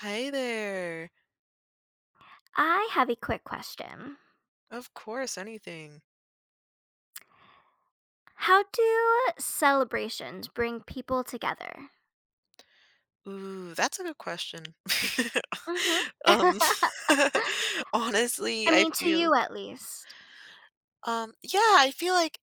Hi there. I have a quick question. Of course, anything. How do celebrations bring people together? Ooh, that's a good question. Mhm. Um, I honestly, I mean to feel you at least. um, yeah, I feel like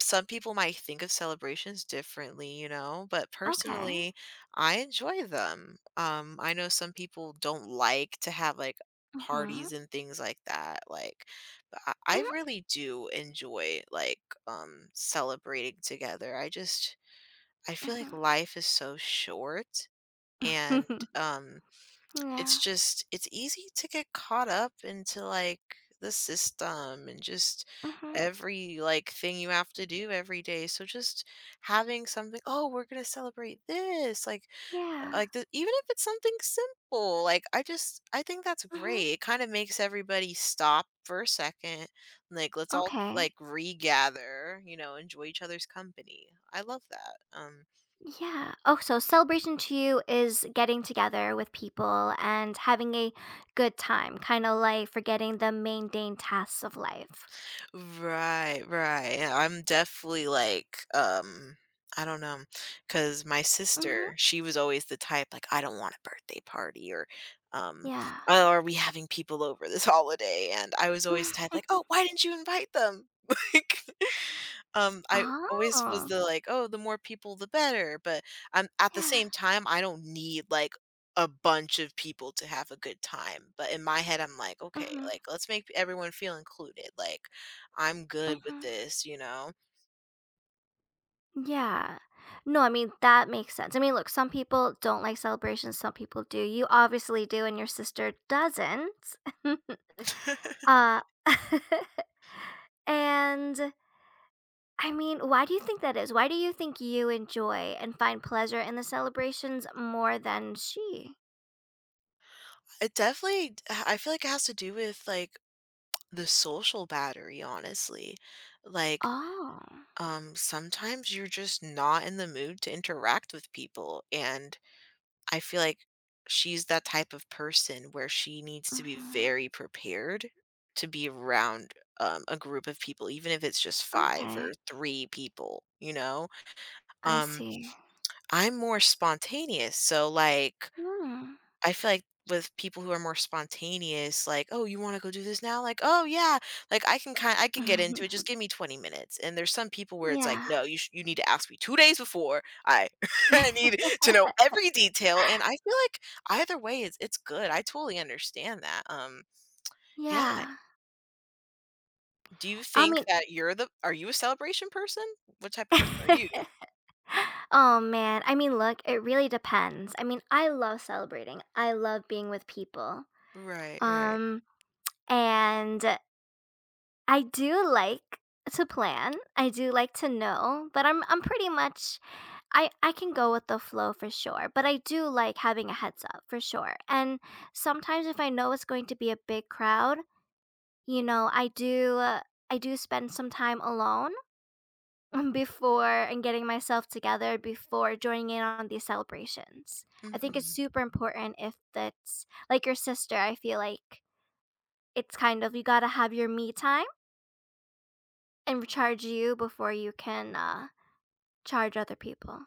some people might think of celebrations differently, you know, but Okay. personally, I enjoy them. I know some people don't like to have like Mhm. parties and things like that, like, but I really do enjoy like celebrating together. I Mhm. feel like Mhm. life is so short and um it's yeah. just it's easy to get caught up into like the system and just Mhm. every like thing you have to do every day. So just having something, oh, we're going to celebrate this, like Yeah. Even if it's something simple, like I think that's Mhm. great. It kind of makes everybody stop for a second. Like let's all Okay. like regather, you know, enjoy each other's company. I love that. Yeah. Oh, so celebration to you is getting together with people and having a good time, kind of like forgetting the mundane tasks of life. Right, right, yeah, I'm definitely like, I don't know, because my Mhm. sister, she was always the type, like, "I don't want a birthday party," or, um, Yeah. "Oh, are we having people over this holiday?" And I was always the type like, "Oh, why didn't you invite them?" Like, I always was Oh. the like, "Oh, the more people, the better," but, I'm at the Yeah. same time, I don't need, like, a bunch of people to have a good time, but in my head, I'm like, "Okay, Mhm. like, let's make everyone feel included," like I'm good with Mhm. this, you know? Yeah. No, I mean, that makes sense. I mean, look, some people don't like celebrations, some people do. You obviously do, and your sister doesn't. uh, and I mean, why do you think that is? Why do you think you enjoy and find pleasure in the celebrations more than she? It definitely I feel like it has to do with, like, the social battery, honestly. Like, Oh, sometimes you're just not in the mood to interact with people, and I feel like she's that type of person where she needs to be hmm. very prepared to be around, a group of people, even if it's just 5 or Okay. 3 people, you know? I Um, see. I'm more spontaneous, so, like Hmm. I feel like with people who are more spontaneous, like, "Oh, you wanna go do this now?" Like, "Oh, yeah." Like, I can get into it, just give me 20 minutes, and there's some people where it's like, yeah. "No, you need to ask me 2 days before. I I need to know every detail," and I feel like either way, it's good, I totally understand that, yeah. yeah. Do you I think mean, that you're the are you a celebration person? What type of person are you? Oh man, I mean, look, it really depends. I mean, I love celebrating. I love being with people. Right, right. Um and I do like to plan. I do like to know, but I'm pretty much I can go with the flow for sure, but I do like having a heads up for sure. And sometimes if I know it's going to be a big crowd, you know, I do spend some time alone before and getting myself together before joining in on these celebrations. I think it's Mhm. super important if that's like your sister, I feel like it's kind of you got to have your me time and recharge you before you can charge other people.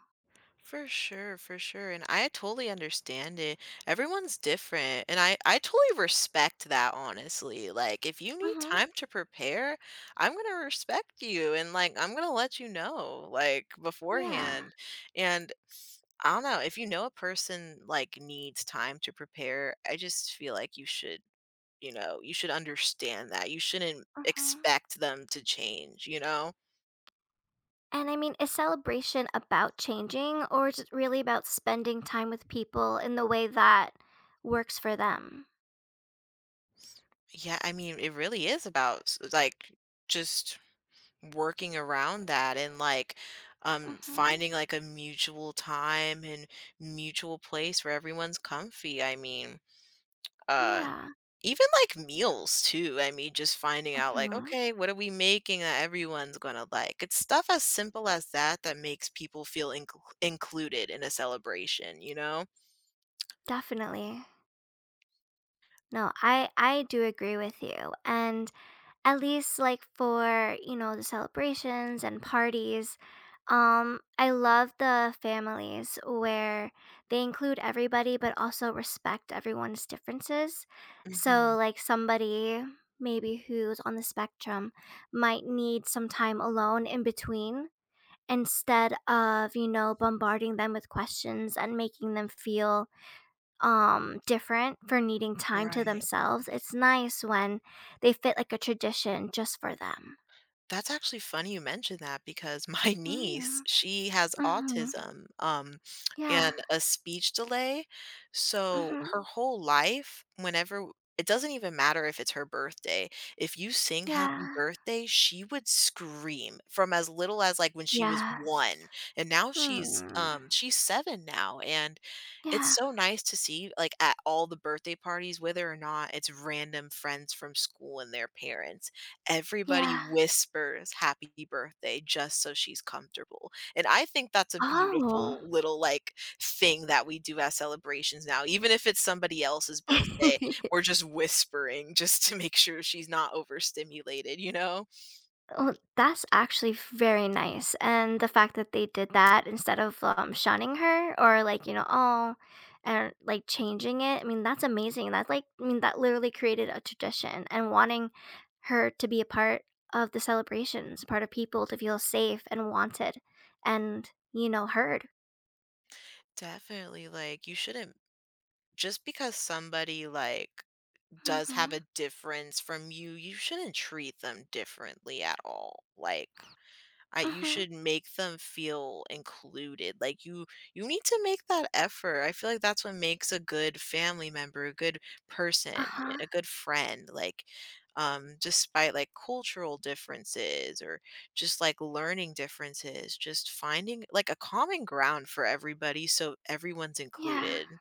For sure, for sure. And I totally understand it. Everyone's different. And I totally respect that, honestly. Like, if you need Hmm. time to prepare, I'm going to respect you. And, like, I'm going to let you know, like, Yeah. beforehand. And I don't know. If you know a person, like, needs time to prepare, I just feel like you should, you know, you should understand that. You shouldn't Hmm. expect them to change, you know? And I mean, is celebration about changing or is it really about spending time with people in the way that works for them? Yeah. I mean, it really is about, like, just working around that and like Hmm. finding like a mutual time and mutual place where everyone's comfy. I mean uh Yeah. even like meals too. I mean, just finding out like, Hmm. okay, what are we making that everyone's gonna like? It's stuff as simple as that that makes people feel included in a celebration, you know? Definitely. No, I do agree with you. And at least like for, you know, the celebrations and parties, I love the families where they include everybody but also respect everyone's differences. Hmm, So like somebody maybe who's on the spectrum might need some time alone in between instead of, you know, bombarding them with questions and making them feel different for needing time to right. themselves. It's nice when they fit like a tradition just for them. That's actually funny you mentioned that because my niece, Mm, she has mhm. autism, Yeah. and a speech delay. So Mhm. her whole life, whenever it doesn't even matter if it's her birthday. If you sing Yeah. happy birthday, she would scream from as little as like when she was Yes. 1. And now Mm. She's 7 now and it's Yeah. so nice to see like at all the birthday parties whether or not it's random friends from school and their parents. Everybody Yeah. whispers "happy birthday" just so she's comfortable, and I think that's a Oh. beautiful little, like, thing that we do at celebrations now, even if it's somebody else's birthday, we're just whispering just to make sure she's not overstimulated, you know? Oh, that's actually very nice. And the fact that they did that instead of shunning her or like, you know, oh, and like changing it. I mean, that's amazing. That's like, I mean, that literally created a tradition and wanting her to be a part of the celebrations, part of people to feel safe and wanted and, you know, heard. Definitely, like, you shouldn't just because somebody, like, does have Mm-hmm. a difference from you, you shouldn't treat them differently at all, like I you Mm-hmm. should make them feel included, like, you need to make that effort, I feel like that's what makes a good family member, a good person, Uh-huh. a good friend, like, despite, like, cultural differences or just, like, learning differences, just finding, like, a common ground for everybody so everyone's Yeah. included.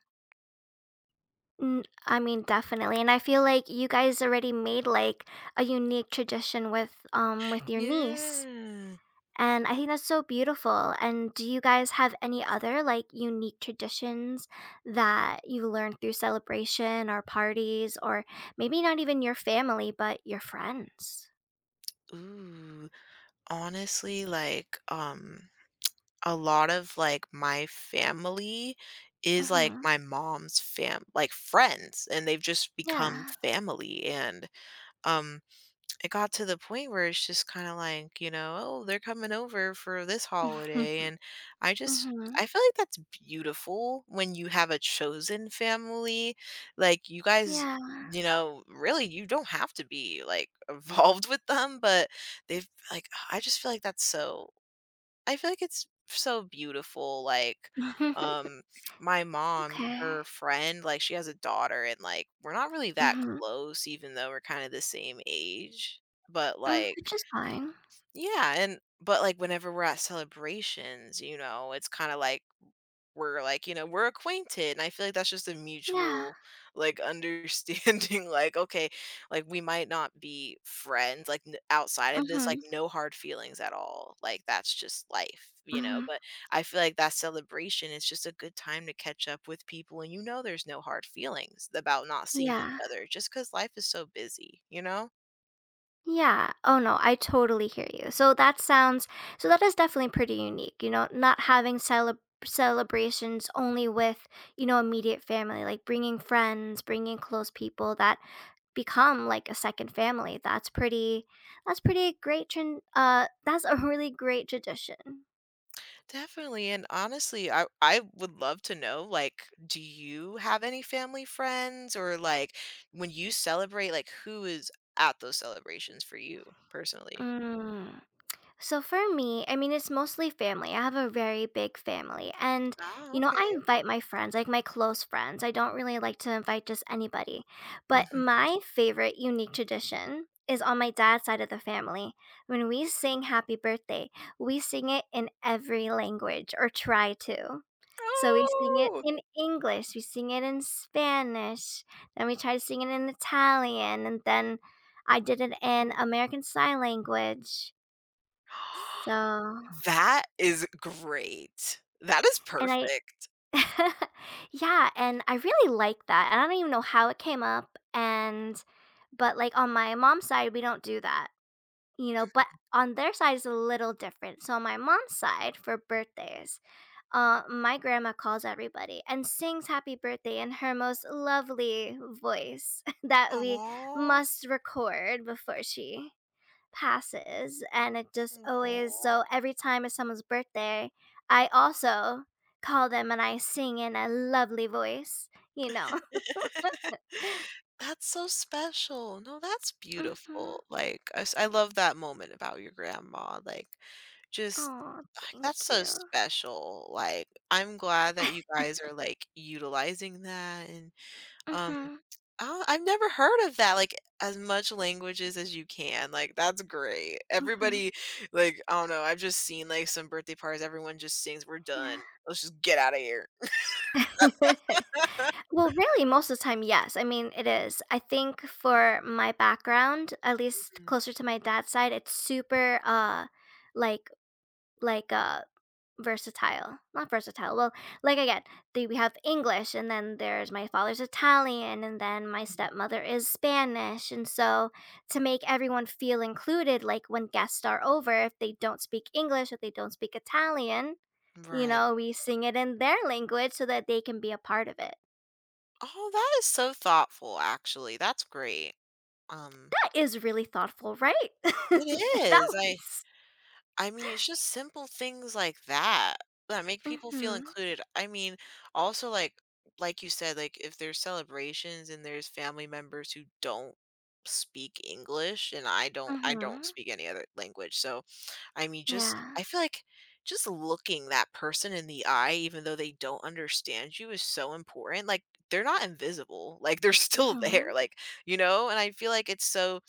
I mean, definitely. And I feel like you guys already made like a unique tradition with your niece. Yeah. And I think that's so beautiful. And do you guys have any other like unique traditions that you learned through celebration or parties, or maybe not even your family, but your friends? Ooh, honestly, like, a lot of, like, my family is, like, Hmm. my mom's fam like, friends, and they've just become Yeah. family, and, um, it got to the point where it's just kinda like, you know, "Oh, they're coming over for this holiday," and I just Hmm. I feel like that's beautiful when you have a chosen family, like, you guys Yeah. you know, really, you don't have to be, like, involved with them, but I just feel like that's so. I feel like it's so beautiful, like, um, my mom, okay. her friend, like, she has a daughter, and, like, we're not really that Hmm. close even though we're kinda the same age, but, Mm, like which is fine. yeah, and but, like, whenever we're at celebrations, you know, it's kinda like we're like, you know, we're acquainted. And I feel like that's just a Yeah. mutual like understanding, like, okay, like we might not be friends, like outside of this, like Hmm. no hard feelings at all. Like that's just life, you know. Hmm. But I feel like that celebration is just a good time to catch up with people and you know there's no hard feelings about not seeing each Yeah. other just because life is so busy, you know? Yeah. Oh no, I totally hear you. So that sounds so that is definitely pretty unique, you know, not having celebrations only with, you know, immediate family, like bringing friends, bringing close people that become like a second family. That's pretty great that's a really great tradition. Definitely, and honestly, I would love to know, like, do you have any family friends or, like, when you celebrate, like, who is at those celebrations for you personally? Mm. So for me, I mean, it's mostly family. I have a very big family. And, Ah, you know, I okay. invite my friends, like my close friends. I don't really like to invite just anybody. But Mhm. my favorite unique tradition is on my dad's side of the family. When we sing happy birthday, we sing it in every language or try to. So we sing it Oh! in English, we sing it in Spanish, then we try to sing it in Italian, and then I did it in American Sign Language so That is great. That is and I perfect. yeah, and I really like that, and I don't even know how it came up, and but, like, on my mom's side, we don't do that, you know, but on their side, is a little different. So on my mom's side, for birthdays, my grandma calls everybody and sings happy birthday in her most lovely voice that we Oh. must record before she passes and it just always so every time it's someone's birthday I also call them and I sing in a lovely voice, you know. That's so special. No, that's Hmm. beautiful. Like, I love that moment about your grandma, like, just Oh, like, that's thank so you. special. Like, I'm glad that you guys are, like, utilizing that and, um, Hmm. I've never heard of that, like, as much languages as you can, like, that's great. Hmm. Everybody, like, I don't know, I've just seen, like, some birthday parties, everyone just sings, "We're done. Yeah. Let's just get out of here." Well really most of the time yes, I mean it is, I think for my background at least Mhm. closer to my dad's side it's super like like versatile, not versatile, well, like again we have english and then there's my father's italian and then my stepmother is spanish and so to make everyone feel included like when guests are over if they don't speak english if they don't speak italian, you Right. know we sing it in their language so that they can be a part of it. Oh, that is so thoughtful, actually. That's great. Um, That is really thoughtful, right? it That is, I was I mean, it's just simple things like that that make people feel mhm. included. I mean, also, like you said, like, if there's celebrations and there's family members who don't speak English, and I don't Mhm. speak any other language, so, I mean, just Yeah. I feel like just looking that person in the eye, even though they don't understand you, is so important, like, they're not invisible, like, they're still there, Mhm. like, you know, and I feel like it's so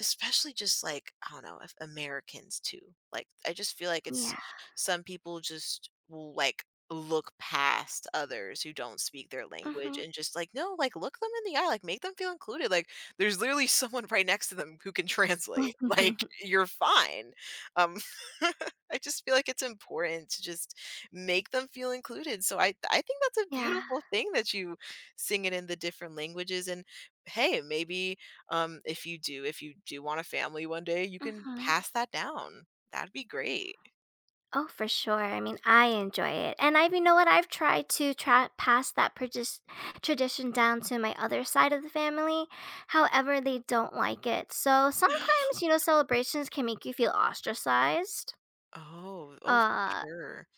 especially just like I don't know if Americans too. Like I just feel like it's Yeah. some people just will like look past others who don't speak their language Mhm. and just like no, like look them in the eye, like make them feel included. Like there's literally someone right next to them who can translate. Like you're fine. Um, I just feel like it's important to just make them feel included. So I think that's a Yeah. beautiful thing that you sing it in the different languages and hey maybe if you do want a family one day, you can Mhm. pass that down. That'd be great. Oh, for sure. I mean, I enjoy it. And I've, you know what, I've tried to pass that tradition down to my other side of the family. However, they don't like it. So sometimes, you know, celebrations can make you feel ostracized. Oh, oh, for Uh, sure.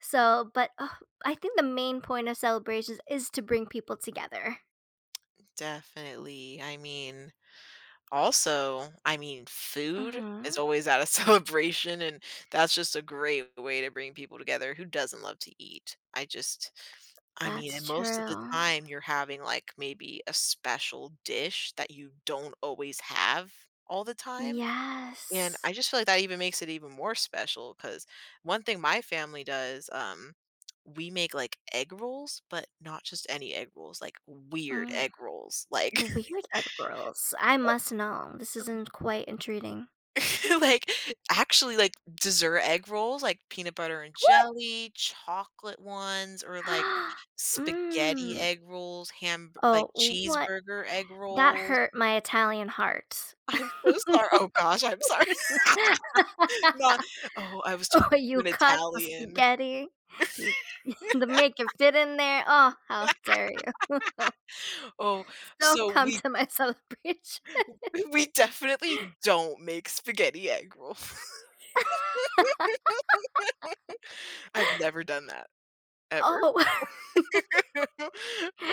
so, but oh, I think the main point of celebrations is to bring people together. Definitely. I mean, also, I mean, food is Mm-hmm. always at a celebration, and that's just a great way to bring people together. Who doesn't love to eat? I mean, That's and most of the true. time you're having, like, maybe a special dish that you don't always have all the time. And Yes. I just feel like that even makes it even more special because one thing my family does, we make like egg rolls, but not just any egg rolls, like weird Mm. egg rolls, like Weird Ed girls. I must know. This isn't quite intriguing. like actually like dessert egg rolls, like peanut butter and jelly, chocolate ones, or like spaghetti Mm. egg rolls, ham like Oh, what? cheeseburger egg That rolls. hurt my Italian heart. I'm so sorry. Oh gosh, I'm sorry. Not. Oh, I was talking Oh, to you an cut the Italian. spaghetti, you to make it fit in there. Oh, how dare you. Oh, Don't so come we to my celebration. we definitely don't make spaghetti egg roll. I've never done that ever. Oh,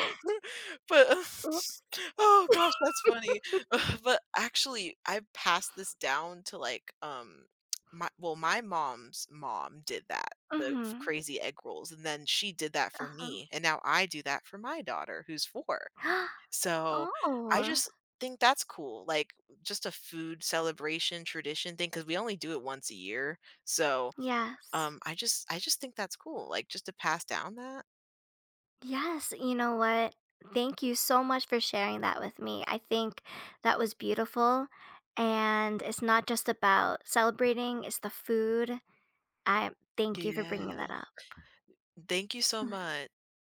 But, oops. oh gosh, that's funny. But actually, I passed this down to, like, my well, my mom's mom did that, the Mhm. crazy egg rolls, and then she did that for Uh-huh. me, and now I do that for my daughter who's 4. So, I Oh, just think that's cool, like, just a food celebration tradition thing because we only do it once a year, so, yes. I just think that's cool, like, just to pass down that. Yes, you know what? Thank you so much for sharing that with me. I think that was beautiful. And it's not just about celebrating, it's the food. I thank you for bringing Yes. that up. Thank you so much.